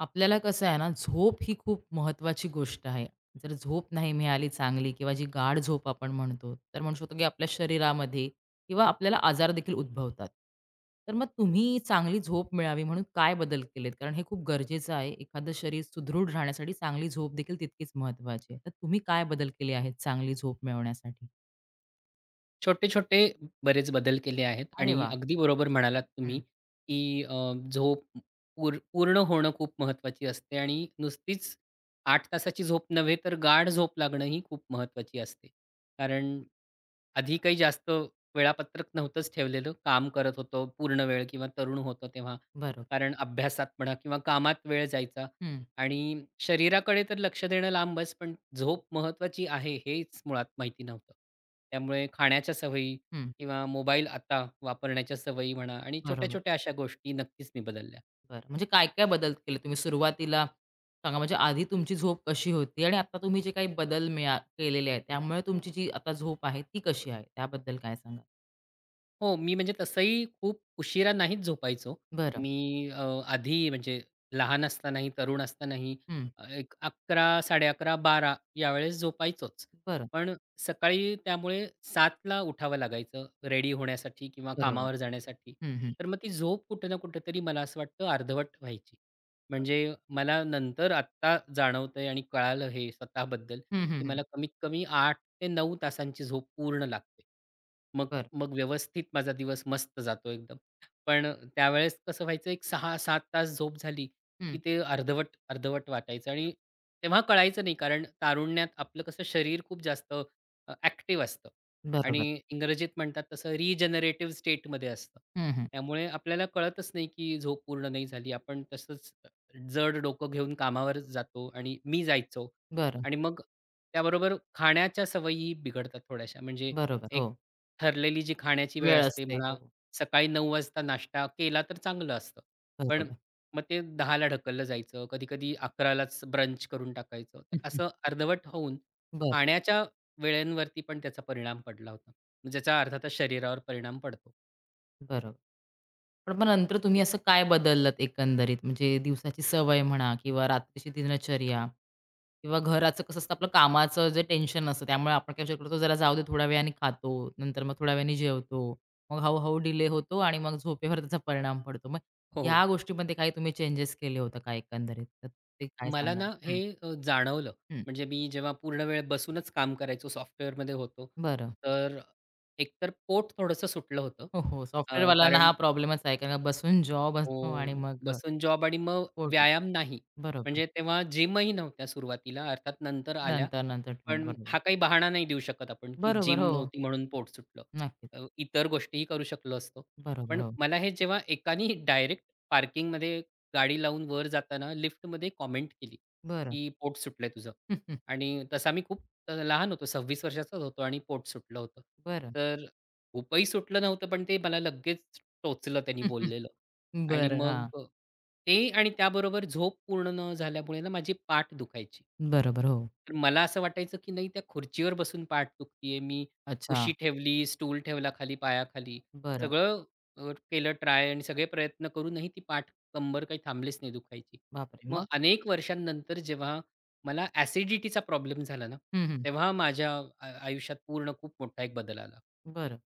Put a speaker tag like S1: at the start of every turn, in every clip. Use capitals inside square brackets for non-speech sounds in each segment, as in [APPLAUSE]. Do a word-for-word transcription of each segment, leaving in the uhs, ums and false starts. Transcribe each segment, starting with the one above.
S1: आपल्याला कसं आहे ना, झोप ही खूप महत्त्वाची गोष्ट आहे. जर झोप नाही मिळाली चांगली किंवा जी गाढ झोप आपण म्हणतो, तर म्हणू शकतो की आपल्या शरीरामध्ये किंवा आपल्याला आजार देखील उद्भवतात. तर मग तुम्ही चांगली झोप मिळावी म्हणून काय बदल केलेत? कारण हे खूप गरजेचं आहे. एखादं शरीर सुदृढ राहण्यासाठी चांगली झोप देखील तितकीच महत्त्वाची आहे. तर तुम्ही काय बदल केले आहेत चांगली झोप मिळवण्यासाठी?
S2: छोटे-छोटे बरेच बदल केले आहेत
S1: अरे
S2: आणि
S1: वाह!
S2: अगदी बरोबर म्हणालात तुम्ही,
S1: हं.
S2: की अ, झोप पूर पूर्ण होणं खूप महत्त्वाची असते आणि नुसतीच आठ तासाची झोप नव्हे, तर गाढ झोप लागणं ही खूप महत्त्वाची असते. कारण आधी काही जास्त वेळापत्रक नव्हतंच ठेवलेलं. काम करत होतो पूर्ण वेळ किंवा तरुण होतो तेव्हा.
S1: बरोबर.
S2: कारण अभ्यासात म्हणा किंवा कामात वेळ जायचा.
S1: हं,
S2: आणि शरीराकडे तर लक्ष देणं लांबच, पण झोप महत्वाची आहे हेच मुळात माहिती नव्हतं. त्यामुळे खाण्याच्या सवयी
S1: हं.
S2: किंवा मोबाईल आता वापरण्याच्या सवयी म्हणा आणि
S1: बरोबर.
S2: छोट्या-छोट्या अशा गोष्टी नक्कीच मी बदलल्या.
S1: बरं. म्हणजे काय-काय बदल केले तुम्ही सुरुवातीला? सांगा म्हणजे आधी तुमची झोप कशी होती आणि आता तुम्ही जे काही बदल मिळा केलेले आहेत, त्यामुळे तुमची जी आता झोप आहे ती कशी आहे? त्याबद्दल काय सांगाल?
S2: हो, मी म्हणजे तसंही खूप उशिरा नाहीच झोपायचो.
S1: बरं.
S2: मी अ, आधी म्हणजे लहान असतानाही, तरुण असतानाही
S1: हं.
S2: अ, एक अकरा, साडे अकरा, बारा यावेळेस झोपायचोच.
S1: बरं.
S2: पण सकाळी त्यामुळे सातला उठावं लागायचं रेडी होण्यासाठी किंवा
S1: बरोबर.
S2: कामावर जाण्यासाठी.
S1: हं, हं.
S2: तर मग ती झोप कुठे ना कुठेतरी मला असं वाटतं अर्धवट व्हायची. म्हणजे मला नंतर आत्ता जाणवतंय आणि कळालं हे स्वतःबद्दल,
S1: हं, हं,
S2: की
S1: हं.
S2: मला कमीत कमी आठ ते नऊ तासांची झोप पूर्ण लागते. मग
S1: बरं.
S2: मग व्यवस्थित माझा दिवस मस्त जातो एकदम. पण अ, त्यावेळेस कसं व्हायचं एक सहा सात तास झोप झाली,
S1: हं.
S2: की ते अर्धवट, अर्धवट वाटायचं आणि तेव्हा कळायचं नाही कारण तारुण्यात आपलं कसं शरीर खूप जास्त अ, ॲक्टिव्ह असतं
S1: बरोबर.
S2: आणि इंग्रजीत म्हणतात तसं रिजनरेटिव्ह स्टेटमध्ये असतं.
S1: हं, हं.
S2: त्यामुळे आपल्याला कळतच नाही, की झोप पूर्ण नाही झाली. आपण तसंच जड डोकं घेऊन कामावर जातो आणि मी जायचो.
S1: बरं.
S2: आणि मग त्याबरोबर खाण्याच्या सवयी बिघडतात थोड्याशा. म्हणजे
S1: बरोबर.
S2: एक
S1: हो.
S2: ठरलेली जी खाण्याची वेळ
S1: वेळ
S2: असते
S1: असते.
S2: म्हणा,
S1: हो.
S2: सकाळी सकाळी नऊ वाजता वाजता नाश्ता केला तर चांगलं असतं. पण
S1: बरोबर.
S2: मग ते दहा ला ढकललं जायचं. कधी-कधी अकरा ब्रंच करून टाकायचं. तर
S1: हं, हं.
S2: असं अर्धवट होऊन
S1: बरं.
S2: खाण्याच्या वेळेंवरती पण त्याचा परिणाम पडला होता. ज्याचा अर्थातच शरीरावर परिणाम पडतो.
S1: बरोबर. पण मग नंतर तुम्ही असं काय बदललत एकंदरीत? म्हणजे दिवसाची सवय म्हणा किंवा रात्रीची दिनचर्या किंवा घराचं कसं असतं आपलं कामाचं जे टेन्शन असतं त्यामुळे आपण काय विचार करतो जरा जाऊ दे थोड्या वेळाने खातो, नंतर मग थोड्या वेळाने जेवतो, मग हळू डिले होतो आणि मग झोपेवर त्याचा परिणाम पडतो. मग
S2: हो,
S1: ह्या
S2: हो.
S1: गोष्टीमध्ये काही तुम्ही चेंजेस केले होते का एकंदरीत? तर ते काय
S2: मला
S1: सांगाल?
S2: ना हे
S1: हं,
S2: अ, जाणवलं.
S1: हं.
S2: म्हणजे मी जेव्हा पूर्ण वेळ बसूनच काम करायचो, सॉफ्टवेअरमध्ये होतो.
S1: बरं.
S2: तर एकतर पोट थोडंसं सुटलं होतं.
S1: हो, हो.
S2: अ,
S1: सॉफ्टवेअरवाल्यांना
S2: कारण
S1: हा प्रॉब्लेमच आहे कारण का बसून जॉब असतो आणि
S2: हो.
S1: मग अ,
S2: बसून जॉब आणि मग व्यायाम नाही.
S1: बरोबर.
S2: म्हणजे तेव्हा जिमही नव्हत्या सुरुवातीला. अर्थात नंतर आल्या.
S1: नंतर, नंतर ट्रेन.
S2: पण
S1: बरोबर.
S2: हा काही बहाणा नाही देऊ शकत आपण, की
S1: बरोबर.
S2: जिम
S1: हो.
S2: नव्हती म्हणून पोट सुटलं.
S1: नक्कीच.
S2: अ, इतर गोष्टीही करू शकलो असतो.
S1: बरोबर,
S2: पण
S1: हो.
S2: मला हे जेव्हा एकानी डायरेक्ट पार्किंगमध्ये गाडी लावून वर जाताना लिफ्टमध्ये कॉमेंट केली,
S1: बरं.
S2: की "पोट सुटलंय तुझं."
S1: [LAUGHS] हं, हं.
S2: आणि तसा मी खूप अ, लहान होतो. सव्वीस वर्षाचाच होतो आणि पोट सुटलं होतं.
S1: बरं.
S2: तर खूपही सुटलं नव्हतं, पण ते मला लगेच टोचलं त्यांनी
S1: [LAUGHS]
S2: बोललेलं.
S1: हं,
S2: आणि
S1: बरं,
S2: मग
S1: हां.
S2: अ, ते आणि त्याबरोबर झोप पूर्ण न झाल्यामुळे ना माझी पाठ दुखायची.
S1: बरोबर, हो.
S2: तर मला असं वाटायचं, की नाही त्या खुर्चीवर बसून पाठ दुखतीये. मी
S1: अच्छा.
S2: उशी ठेवली, स्टूल ठेवला खाली पायाखाली.
S1: बरं.
S2: सगळं अ, केलं ट्राय आणि सगळे प्रयत्न करूनही ती पाठ कंबर काही थांबलीच नाही दुखायची.
S1: बापरे!
S2: मग
S1: मग?
S2: अनेक वर्षांनंतर जेव्हा मला ॲसिडिटीचा प्रॉब्लेम झाला ना,
S1: [LAUGHS] हं, हं.
S2: तेव्हा माझ्या आ आयुष्यात पूर्ण खूप मोठा एक बदल आला.
S1: बरं.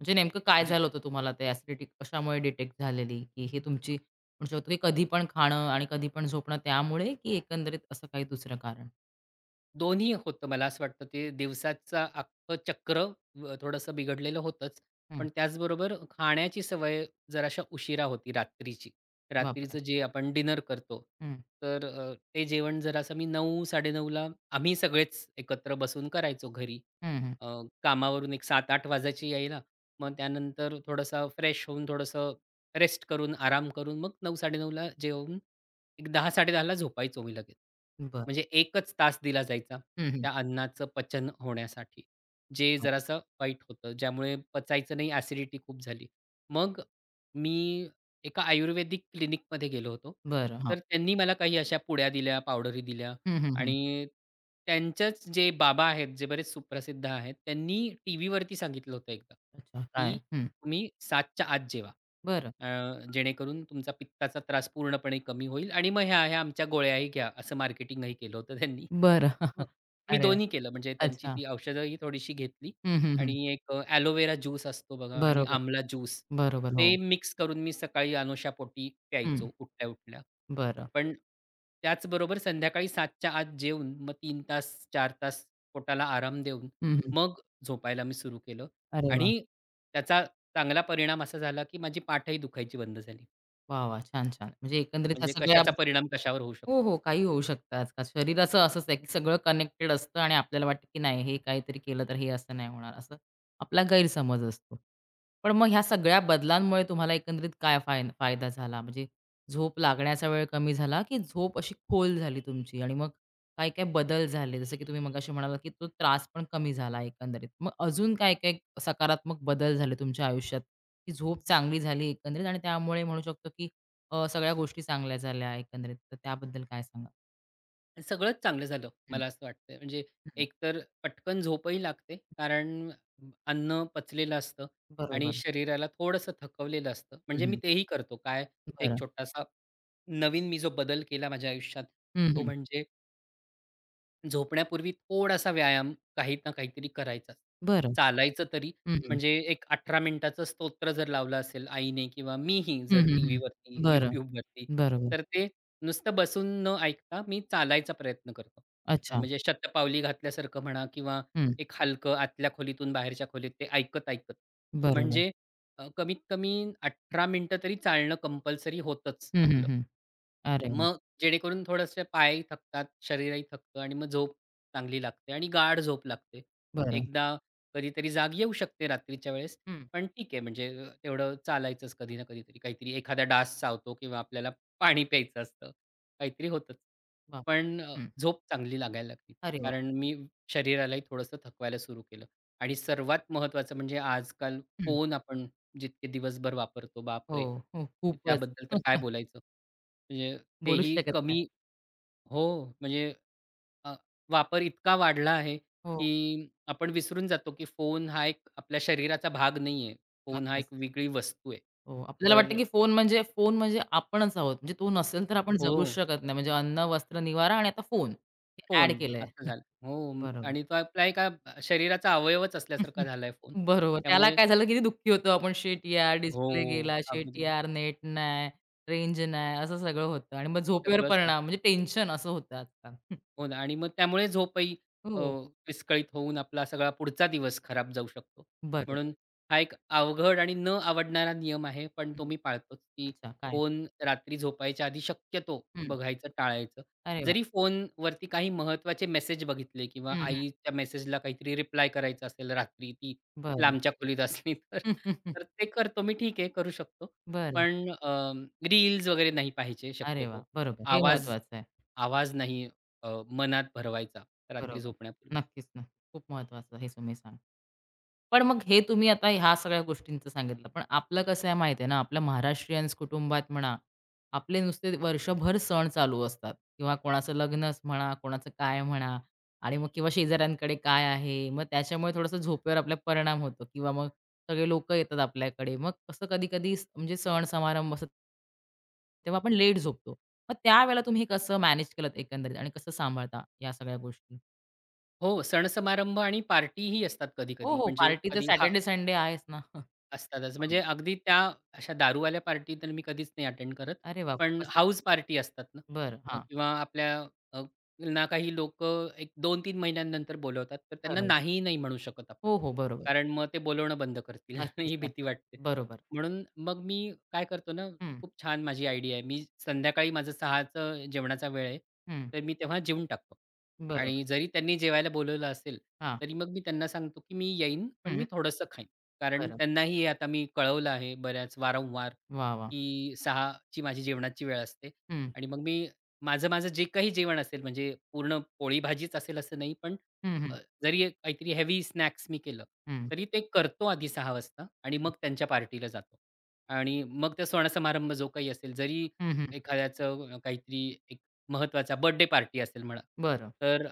S1: म्हणजे नेमकं काय
S2: म्हणजे
S1: झालं होतं तुम्हाला ते ॲसिडिटी कशामुळे डिटेक्ट झालेली? की हे तुमची म्हणू शकतो की कधी पण खाणं आणि कधी पण झोपणं त्यामुळे की एकंदरीत असं काही दुसरं कारण?
S2: दोन्ही होतं मला असं वाटतं ते दिवसाचं अख्खं चक्र अ, थोडंसं बिघडलेलं होतंच.
S1: हं.
S2: पण त्याचबरोबर खाण्याची सवय जराशा उशिरा होती रात्रीची.
S1: बापरे!
S2: रात्रीचं जे आपण डिनर करतो,
S1: हं.
S2: तर अ, ते जेवण जरासं मी नऊ-साडे नऊ ला आम्ही सगळेच एकत्र बसून करायचो घरी.
S1: हं, हं.
S2: अ, कामावरून एक सात-आठ वाजायची यायला. मग त्यानंतर थोडासा फ्रेश होऊन, थोडंसं रेस्ट करून, आराम करून मग नऊ-साडे नऊ जेवून एक दहा-दहा तीस ला झोपायचो मी लगेच.
S1: बरं.
S2: म्हणजे एकच तास दिला जायचा
S1: हं, हं.
S2: त्या अन्नाचं पचन होण्यासाठी, जे
S1: बरं.
S2: जरासं वाईट होतं, ज्यामुळे पचायचं नाही, ॲसिडिटी खूप झाली. मग मी एका आयुर्वेदिक क्लिनिकमध्ये गेलो होतो.
S1: बरं, हां.
S2: तर त्यांनी मला काही अशा पुड्या दिल्या, पावडरी दिल्या
S1: हं, हं, हं.
S2: आणि त्यांचेच जे बाबा आहेत, जे बरेच सुप्रसिद्ध आहेत, त्यांनी टीव्हीवरती सांगितलं होतं एकदा,
S1: अच्छा
S2: की
S1: काय? हं.
S2: तुम्ही साताच्या आत जेवा.
S1: बरं.
S2: अ, जेणेकरून तुमचा पित्ताचा त्रास पूर्णपणे कमी होईल आणि मग ह्या, ह्या आमच्या गोळ्याही घ्या, असं मार्केटिंगही केलं होतं त्यांनी.
S1: बरं.
S2: मग
S1: [LAUGHS]
S2: मी
S1: अरे
S2: दोन्ही केलं म्हणजे त्यांची
S1: अच्छा.
S2: ती औषधंही थोडीशी घेतली
S1: हं, हं, हं.
S2: आणि एक अ, एलोवेरा ज्यूस असतो बघा आणि
S1: बरोबर,
S2: आमला ज्यूस
S1: बरोबर. हो.
S2: ते मिक्स करून मी सकाळी अनोशापोटी प्यायचो उठल्या-उठल्या.
S1: बरं.
S2: पण त्याचबरोबर संध्याकाळी साताच्या आत जेवून मग तीन तास, चार तास पोटाला आराम देऊन
S1: हं, हं.
S2: मग झोपायला मी सुरू केलं
S1: अरे वाह!
S2: आणि त्याचा चांगला परिणाम असा झाला, की माझी पाठही दुखायची बंद झाली.
S1: वाह, वाह! छान, छान. म्हणजे एकंदरीत ह्या
S2: म्हणजे
S1: सगळ्या
S2: कशाचा परिणाम कशावर होऊ शकतो.
S1: हो, हो. काही होऊ शकतं आजकाल. शरीराचं असंच आहे, की सगळं कनेक्टेड असतं आणि आपल्याला वाटतं, की नाही हे काहीतरी केलं तर हे असं नाही होणार, असं आपला गैरसमज असतो. पण मग ह्या सगळ्या बदलांमुळे तुम्हाला एकंदरीत काय फाय फायदा झाला? म्हणजे झोप लागण्याचा वेळ कमी झाला, की झोप अशी खोल झाली तुमची? आणि मग काय-काय बदल झाले? जसं की तुम्ही मगाशी म्हणालात, की तो त्रास पण कमी झाला एकंदरीत. मग अजून काय-काय सकारात्मक बदल झाले तुमच्या आयुष्यात, की झोप चांगली झाली एकंदरीत आणि त्यामुळे म्हणू शकतो, की अ, सगळ्या गोष्टी चांगल्या झाल्या एकंदरीत, तर त्याबद्दल काय सांगाल?
S2: आणि सगळंच चांगलं झालं
S1: हं,
S2: मला असं वाटतंय. म्हणजे
S1: हं.
S2: एकतर पटकन झोपही लागते कारण अन्न पचलेलं असतं आणि
S1: बरोबर.
S2: शरीराला थोडंसं थकवलेलं असतं.
S1: हं,
S2: म्हणजे मी
S1: हं.
S2: तेही करतो. काय एक
S1: बरं.
S2: छोटासा नवीन मी जो बदल केला माझ्या आयुष्यात
S1: हं,
S2: तो
S1: हं.
S2: म्हणजे झोपण्यापूर्वी थोडासा व्यायाम काही ना काहीतरी करायचाच.
S1: बरं.
S2: चालायचं तरी,
S1: हं, हं.
S2: म्हणजे एक अठरा मिनिटाचं स्तोत्र जर लावलं असेल आईने किंवा मीही
S1: हं,
S2: जर
S1: हं, हं.
S2: टीव्हीवरती,
S1: बरं.
S2: YouTubeवरती,
S1: बरोबर.
S2: तर ते नुसतं बसून न ऐकता मी चालायचा प्रयत्न करतो. अ,
S1: अच्छा.
S2: म्हणजे शतपावली घातल्यासारखं म्हणा किंवा
S1: हं.
S2: एक हलकं आतल्या खोलीतून बाहेरच्या खोलीत ते ऐकत-ऐकत.
S1: बरोबर.
S2: म्हणजे अ, कमीत कमी अठरा मिनिटं तरी चालणं कंपल्सरी होतंच
S1: हं, हं,
S2: आपलं.
S1: हं. अरे वाह!
S2: मग जेणेकरून थोडेसे पायही थकतात, शरीरही थकतं आणि मग झोप चांगली लागते आणि गाढ झोप लागते.
S1: बरं.
S2: एकदा कधीतरी जाग येऊ शकते रात्रीच्या वेळेस,
S1: हं.
S2: पण ठीक आहे म्हणजे अ, तेवढं चालायचंच कधी ना कधीतरी. काहीतरी एखादा डास चावतो किंवा आपल्याला पाणी प्यायचं असतं. काहीतरी होतंच.
S1: वाह!
S2: पण अ,
S1: हं.
S2: झोप चांगली लागायला लागली.
S1: अरे वाह!
S2: कारण मी शरीरालाही थोडंसं थकवायला सुरू केलं आणि सर्वात महत्त्वाचं म्हणजे आजकाल
S1: हं.
S2: फोन आपण जितके दिवसभर वापरतो,
S1: हो,
S2: बापरे!
S1: हो. खूपच.
S2: त्याबद्दल तर काय
S1: [LAUGHS]
S2: बोलायचं. म्हणजे
S1: बोलूच
S2: तेही
S1: शकत नाही.
S2: कमी हो, म्हणजे अ, वापर इतका वाढला आहे,
S1: हो,
S2: की आपण विसरून जातो, की फोन हा एक आपल्या शरीराचा भाग नाहीये. फोन हा
S1: नक्कीच.
S2: एक वेगळी वस्तू आहे.
S1: हो, आपल्याला वाटतं
S2: तर
S1: की फोन म्हणजे फोन म्हणजे आपणच आहोत. म्हणजे तो नसेल तर आपण
S2: हो,
S1: जगूच शकत नाही. म्हणजे अन्न, वस्त्र, निवारा आणि आता फोन हे ॲड
S2: फोन
S1: केलंय.
S2: असं झालं. हो.
S1: बरोबर.
S2: आणि तो आपला एका शरीराचा अवयवच असल्यासारखा
S1: [LAUGHS]
S2: झालाय फोन.
S1: बरोबर. त्याला
S2: त्यामुळे
S1: काय झालं किती दुःखी होतो आपण, "शिट यार, डिस्प्ले
S2: हो,
S1: गेला. शिट
S2: अगदी
S1: यार, नेट नाही, रेंज नाही." असं सगळं होतं आणि मग झोपेवर
S2: सगळंच
S1: परिणाम
S2: होतं.
S1: म्हणजे टेन्शन असं होतं आजकाल. [LAUGHS]
S2: हो ना आणि मग त्यामुळे झोपही अ,
S1: हो,
S2: विस्कळीत होऊन आपला सगळा पुढचा दिवस खराब जाऊ शकतो.
S1: बरोबर.
S2: म्हणून हा एक अवघड आणि न आवडणारा नियम आहे, पण तो
S1: हं.
S2: मी पाळतोच, की
S1: अच्छा काय?
S2: फोन रात्री झोपायच्या आधी शक्यतो
S1: हं.
S2: बघायचं टाळायचं.
S1: अरे वाह!
S2: जरी फोनवरती काही महत्त्वाचे मेसेज बघितले किंवा
S1: हं, हं.
S2: आईच्या मेसेजला काहीतरी रिप्लाय करायचा असेल रात्री, ती
S1: बरं.
S2: लांबच्या खोलीत असली तर.
S1: [LAUGHS] हम्म, हम्म, हम्म.
S2: तर ते करतो मी, ठीक आहे, करू शकतो.
S1: बरं.
S2: पण रील्स वगैरे नाही पाहायचे
S1: अरे वाह!
S2: शक्यतो.
S1: बरोबर. हे
S2: आवाज
S1: महत्वाचं आहे.
S2: आवाज नाही अ, मनात भरवायचा रात्री
S1: बरोबर.
S2: झोपण्यापूर्वी.
S1: नक्कीच ना. खूप महत्वाचं हे तुम्ही सांगितलं. पण मग हे तुम्ही आता ह्या सगळ्या गोष्टींचं सांगितलं. पण आपलं कसं आहे माहिती आहे ना, आपल्या महाराष्ट्रीयन्स कुटुंबात म्हणा, आपले नुसते वर्षभर सण चालू असतात किंवा कोणाचं लग्नच म्हणा, कोणाचं काय म्हणा आणि मग किंवा शेजाऱ्यांकडे काय आहे, मग त्याच्यामुळे थोडंसं झोपेवर आपल्या परिणाम होतो किंवा मग सगळे लोकं येतात आपल्याकडे. मग कसं कधी-कधी म्हणजे सण समारंभ असं तेव्हा आपण लेट झोपतो. मग त्यावेळेला तुम्ही हे कसं मॅनेज केलत एकंदरीत आणि कसं सांभाळता या सगळ्या गोष्टी?
S2: हो, सण-समारंभ आणि पार्टीही असतात
S1: हो,
S2: कधी-कधी.
S1: हो.
S2: म्हणजे
S1: पार्टी तर
S2: कधी हा
S1: सॅटर्डे, संडे आहेच ना. [LAUGHS]
S2: असतातच. म्हणजे अगदी त्या अशा दारूवाल्या पार्टी तर मी कधीच नाही अटेंड करत.
S1: अरे वाह!
S2: पण
S1: खूपच छान.
S2: हाऊस पार्टी असतात ना
S1: बरं.
S2: अ,
S1: हां,
S2: किंवा आपल्या अ, ना काही लोक एक दोन तीन महिन्यांनंतर बोलवतात. तर त्यांना
S1: बरोबर.
S2: नाही, नाही म्हणू शकत आपण.
S1: हो, हो. बरोबर.
S2: कारण मग ते बोलवणं बंद करतील [LAUGHS]
S1: नक्कीच,
S2: ही
S1: नक्की.
S2: भीती वाटते.
S1: बरोबर.
S2: म्हणून मग मी काय करतो ना,
S1: हं,
S2: खूप छान माझी आयडिया आहे. मी संध्याकाळी माझं 6:00चं जेवणाचा वेळ आहे.
S1: हं.
S2: तर मी तेव्हा जेवून टाकतो.
S1: बरोबर.
S2: आणि जरी त्यांनी जेवायला बोलवलं असेल,
S1: हां.
S2: तरी मग मी त्यांना सांगतो, की "मी येईन, पण
S1: हं.
S2: मी थोडंसं खाईन." कारण
S1: बरं.
S2: त्यांनाही हे आता मी कळवलं आहे बऱ्याच वारंवार,
S1: वाह, वाह!
S2: की सहा माझी जेवणाची वेळ असते
S1: हं,
S2: आणि मग मी माझं माझं जे काही जेवण असेल म्हणजे पूर्ण पोळी भाजीच असेल असं नाही, पण
S1: हं, हं,
S2: अ, जरी एक काहीतरी हेवी स्नॅक्स मी केलं,
S1: हं.
S2: तरी ते करतो आधी सहा वाजता आणि मग त्यांच्या पार्टीला जातो. आणि मग ते सण जो काही असेल, जरी
S1: हं, हं.
S2: एखाद्याचं काहीतरी एक महत्त्वाचा बर्थडे पार्टी असेल म्हणा,
S1: बरं.
S2: तर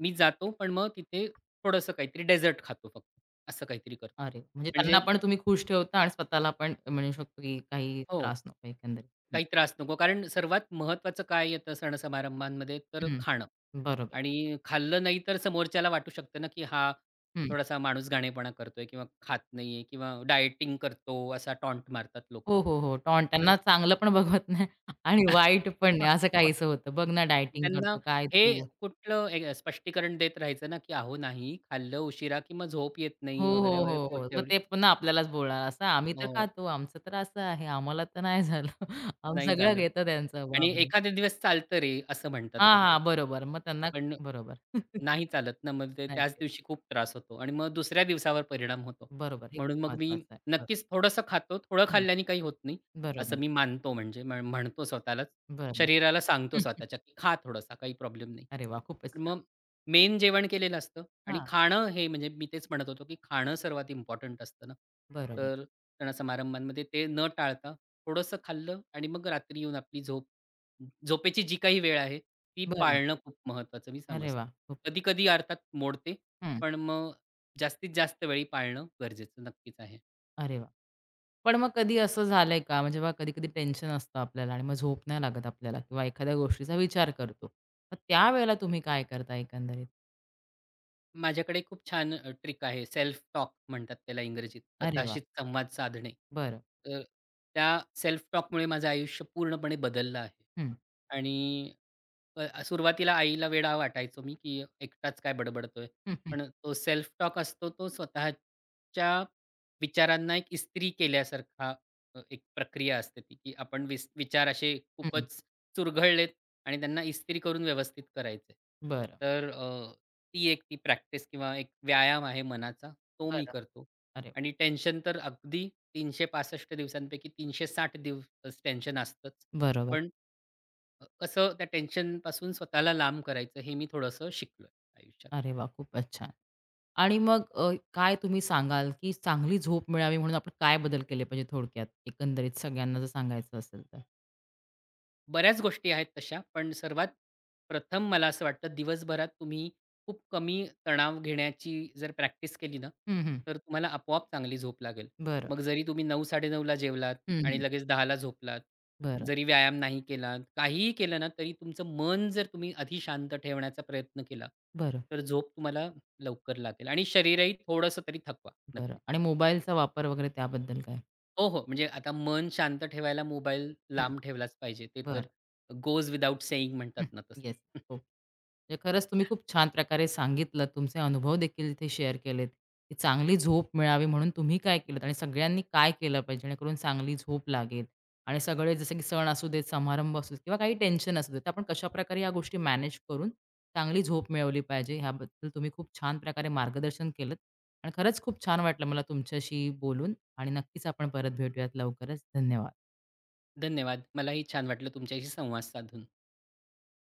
S2: मी जातो पण मग तिथे थोडंसं काहीतरी डेझर्ट खातो फक्त, असं काहीतरी करतो.
S1: अरे, म्हणजे त्यांना
S2: म्हणजे
S1: पण तुम्ही खुश ठेवता आणि स्वतःला पण म्हणू शकतो, की काही
S2: हो.
S1: त्रास नको एकंदरीत.
S2: काही त्रास नको. कारण सर्वात महत्त्वाचं काय येतं सण-समारंभामध्ये तर
S1: हं,
S2: खाणं
S1: बरोबर.
S2: आणि खाल्लं नाही तर समोरच्याला वाटू शकतं ना, की हा
S1: हं.
S2: थोडासा माणूसगाणेपणा करतोय किंवा खात नाहीये किंवा डायटिंग करतो असा टॉन्ट मारतात लोक
S1: हो, हो, हो. टॉन्ट
S2: तर
S1: त्यांना चांगलं पण बघवत नाही आणि
S2: [LAUGHS]
S1: वाईट पण नाही असं
S2: हो.
S1: काहीसं होतं. बघ ना डायटिंग
S2: त्यांना
S1: करतो, काय
S2: हे
S1: तू?
S2: कुठलं एक स्पष्टीकरण देत राहायचं ना, की "अहो नाही, खाल्लं उशिरा की झोप येत
S1: हो,
S2: नाही" वगैरे,
S1: हो, हो,
S2: वगैरे. हो,
S1: हो. मग
S2: तेवढी
S1: ते पुन्हा आपल्यालाच बोलणार असं आम्ही तर
S2: हो,
S1: खातो, आमचं तर असं आहे, आम्हाला तर नाही झालं. [LAUGHS] आम्ही
S2: नाही
S1: सगळं
S2: झालं.
S1: घेतो त्यांचं.
S2: आणि
S1: बापरे!
S2: एखादे दिवस चालतं रे, असं म्हणतात
S1: हां,
S2: कधी-कधी.
S1: हां. बरोबर. मग त्यांना
S2: पण
S1: बरोबर. [LAUGHS]
S2: नाही चालत ना, मग ते त्याच
S1: नक्कीच.
S2: दिवशी खूप त्रास होतो आणि मग दुसऱ्या दिवसावर परिणाम होतो.
S1: बरोबर. हे खूप
S2: म्हणून मग मी
S1: महत्वाचं आहे. बरं.
S2: नक्कीच थोडंसं खातो. थोडं
S1: हं.
S2: खाल्ल्याने काही होत नाही,
S1: बरोबर.
S2: असं मी मानतो म्हणजे म्ह म्हणतो स्वतःलाच.
S1: बरोबर.
S2: शरीराला सांगतो
S1: हं.
S2: स्वतःच्या, की खा थोडासा काही प्रॉब्लेम नाही.
S1: अरे वाह! खूपच छान.
S2: मग मेन जेवण केलेलं असतं आणि
S1: हां.
S2: खाणं हे म्हणजे मी तेच म्हणत होतो, की खाणं सर्वात इम्पॉर्टंट असतं ना.
S1: बरोबर.
S2: तर सणासमारंभामध्ये ते न टाळता थोडंसं खाल्लं आणि मग रात्री येऊन आपली झोप झोपेची जी काही वेळ आहे, ती
S1: बरं.
S2: पाळणं खूप महत्त्वाचं मी
S1: अरे
S2: समजतो.
S1: वाह! खूप
S2: कधी-कधी अर्थात मोडते,
S1: हं.
S2: पण मग जास्तीत जास्त वेळी पाळणं गरजेचं नक्कीच आहे.
S1: अरे वाह! पण मग कधी असं झालंय का म्हणजे बघा कधी-कधी टेन्शन असतं आपल्याला आणि मग झोप नाही लागत आपल्याला किंवा एखाद्या गोष्टीचा विचार करतो. मग त्यावेळेला तुम्ही काय करता एकंदरीत?
S2: माझ्याकडे खूप छान ट्रिक आहे. सेल्फ टॉक म्हणतात त्याला इंग्रजीत.
S1: अरे वाह!
S2: स्वतःशीच संवाद साधणे.
S1: बरं.
S2: तर त्या सेल्फ टॉकमुळे माझं आयुष्य पूर्णपणे बदललं आहे.
S1: हं.
S2: आणि अ, सुरुवातीला आईला वेडा वाटायचो मी, की एकटाच काय बडबडतोय.
S1: हं, हं,
S2: पण तो सेल्फ टॉक असतो तो स्वतःच्या विचारांना एक इस्त्री केल्यासारखा अ, एक प्रक्रिया असते ती, की आपण विस विचार असे
S1: हं.
S2: खूपच चुरघळलेत आणि त्यांना इस्त्री करून व्यवस्थित करायचे.
S1: बरं,
S2: तर ती एक ती प्रॅक्टिस किंवा एक व्यायाम आहे मनाचा, तो मी
S1: बरं.
S2: करतो.
S1: अरे
S2: आणि टेन्शन तर अगदी तीनशे पासष्ट दिवसांपैकी तीनशे साठ दिवस टेन्शन असतंच.
S1: बरोबर.
S2: पण अ, कसं त्या टेन्शनपासून स्वतःला लांब करायचं हे मी थोडंसं शिकलोय आयुष्यात.
S1: अरे वाह! खूपच छान. आणि मग अ, काय तुम्ही सांगाल, की चांगली झोप मिळावी म्हणून आपण काय बदल केले पाहिजे थोडक्यात? एकंदरीत सगळ्यांना जर सांगायचं असेल तर?
S2: बऱ्याच गोष्टी आहेत तशा, पण सर्वात प्रथम मला असं वाटतं दिवसभरात तुम्ही खूप कमी तणाव घेण्याची जर प्रॅक्टिस केली ना,
S1: हं, हं.
S2: तर तुम्हाला आपोआप चांगली झोप लागेल.
S1: बरं.
S2: मग जरी तुम्ही नऊ-9:30ला जेवलात
S1: हं, हं.
S2: आणि लगेच दहाला झोपलात,
S1: बरं,
S2: जरी व्यायाम नाही केलात, काहीही केलं ना, तरी तुमचं मन जर तुम्ही आधी शांत ठेवण्याचा प्रयत्न केला,
S1: बरं,
S2: तर झोप तुम्हाला लवकर लागेल आणि शरीरही थोडंसं तरी थकवा
S1: बरं.
S2: नक्कीच.
S1: आणि मोबाईलचा वापर वगैरे त्याबद्दल काय?
S2: हो, हो. म्हणजे आता मन शांत ठेवायला मोबाईल
S1: हं.
S2: लांब ठेवलाच पाहिजे. ते
S1: बरं.
S2: तर गोज विथआऊट सेइंग
S1: हं,
S2: म्हणतात ना तसं.
S1: येस. हो.
S2: [LAUGHS]
S1: म्हणजे खरंच तुम्ही खूप छान प्रकारे सांगितलं. तुमचे अनुभव देखील इथे शेअर केलेत, की चांगली झोप मिळावी म्हणून तुम्ही काय केलंत आणि सगळ्यांनी काय केलं पाहिजे जेणेकरून चांगली झोप लागेल आणि सगळे जसे की सण असू देत, समारंभ असू देत किंवा काही टेन्शन असू देत, आपण कशाप्रकारे या गोष्टी मॅनेज करून चांगली झोप मिळवली पाहिजे ह्याबद्दल तुम्ही खूप छान प्रकारे मार्गदर्शन केलंत आणि खरंच खूप छान वाटलं मला तुमच्याशी बोलून आणि नक्कीच आपण परत भेटूयात लवकरच. धन्यवाद.
S2: धन्यवाद. मलाही छान वाटलं तुमच्याशी संवाद साधून.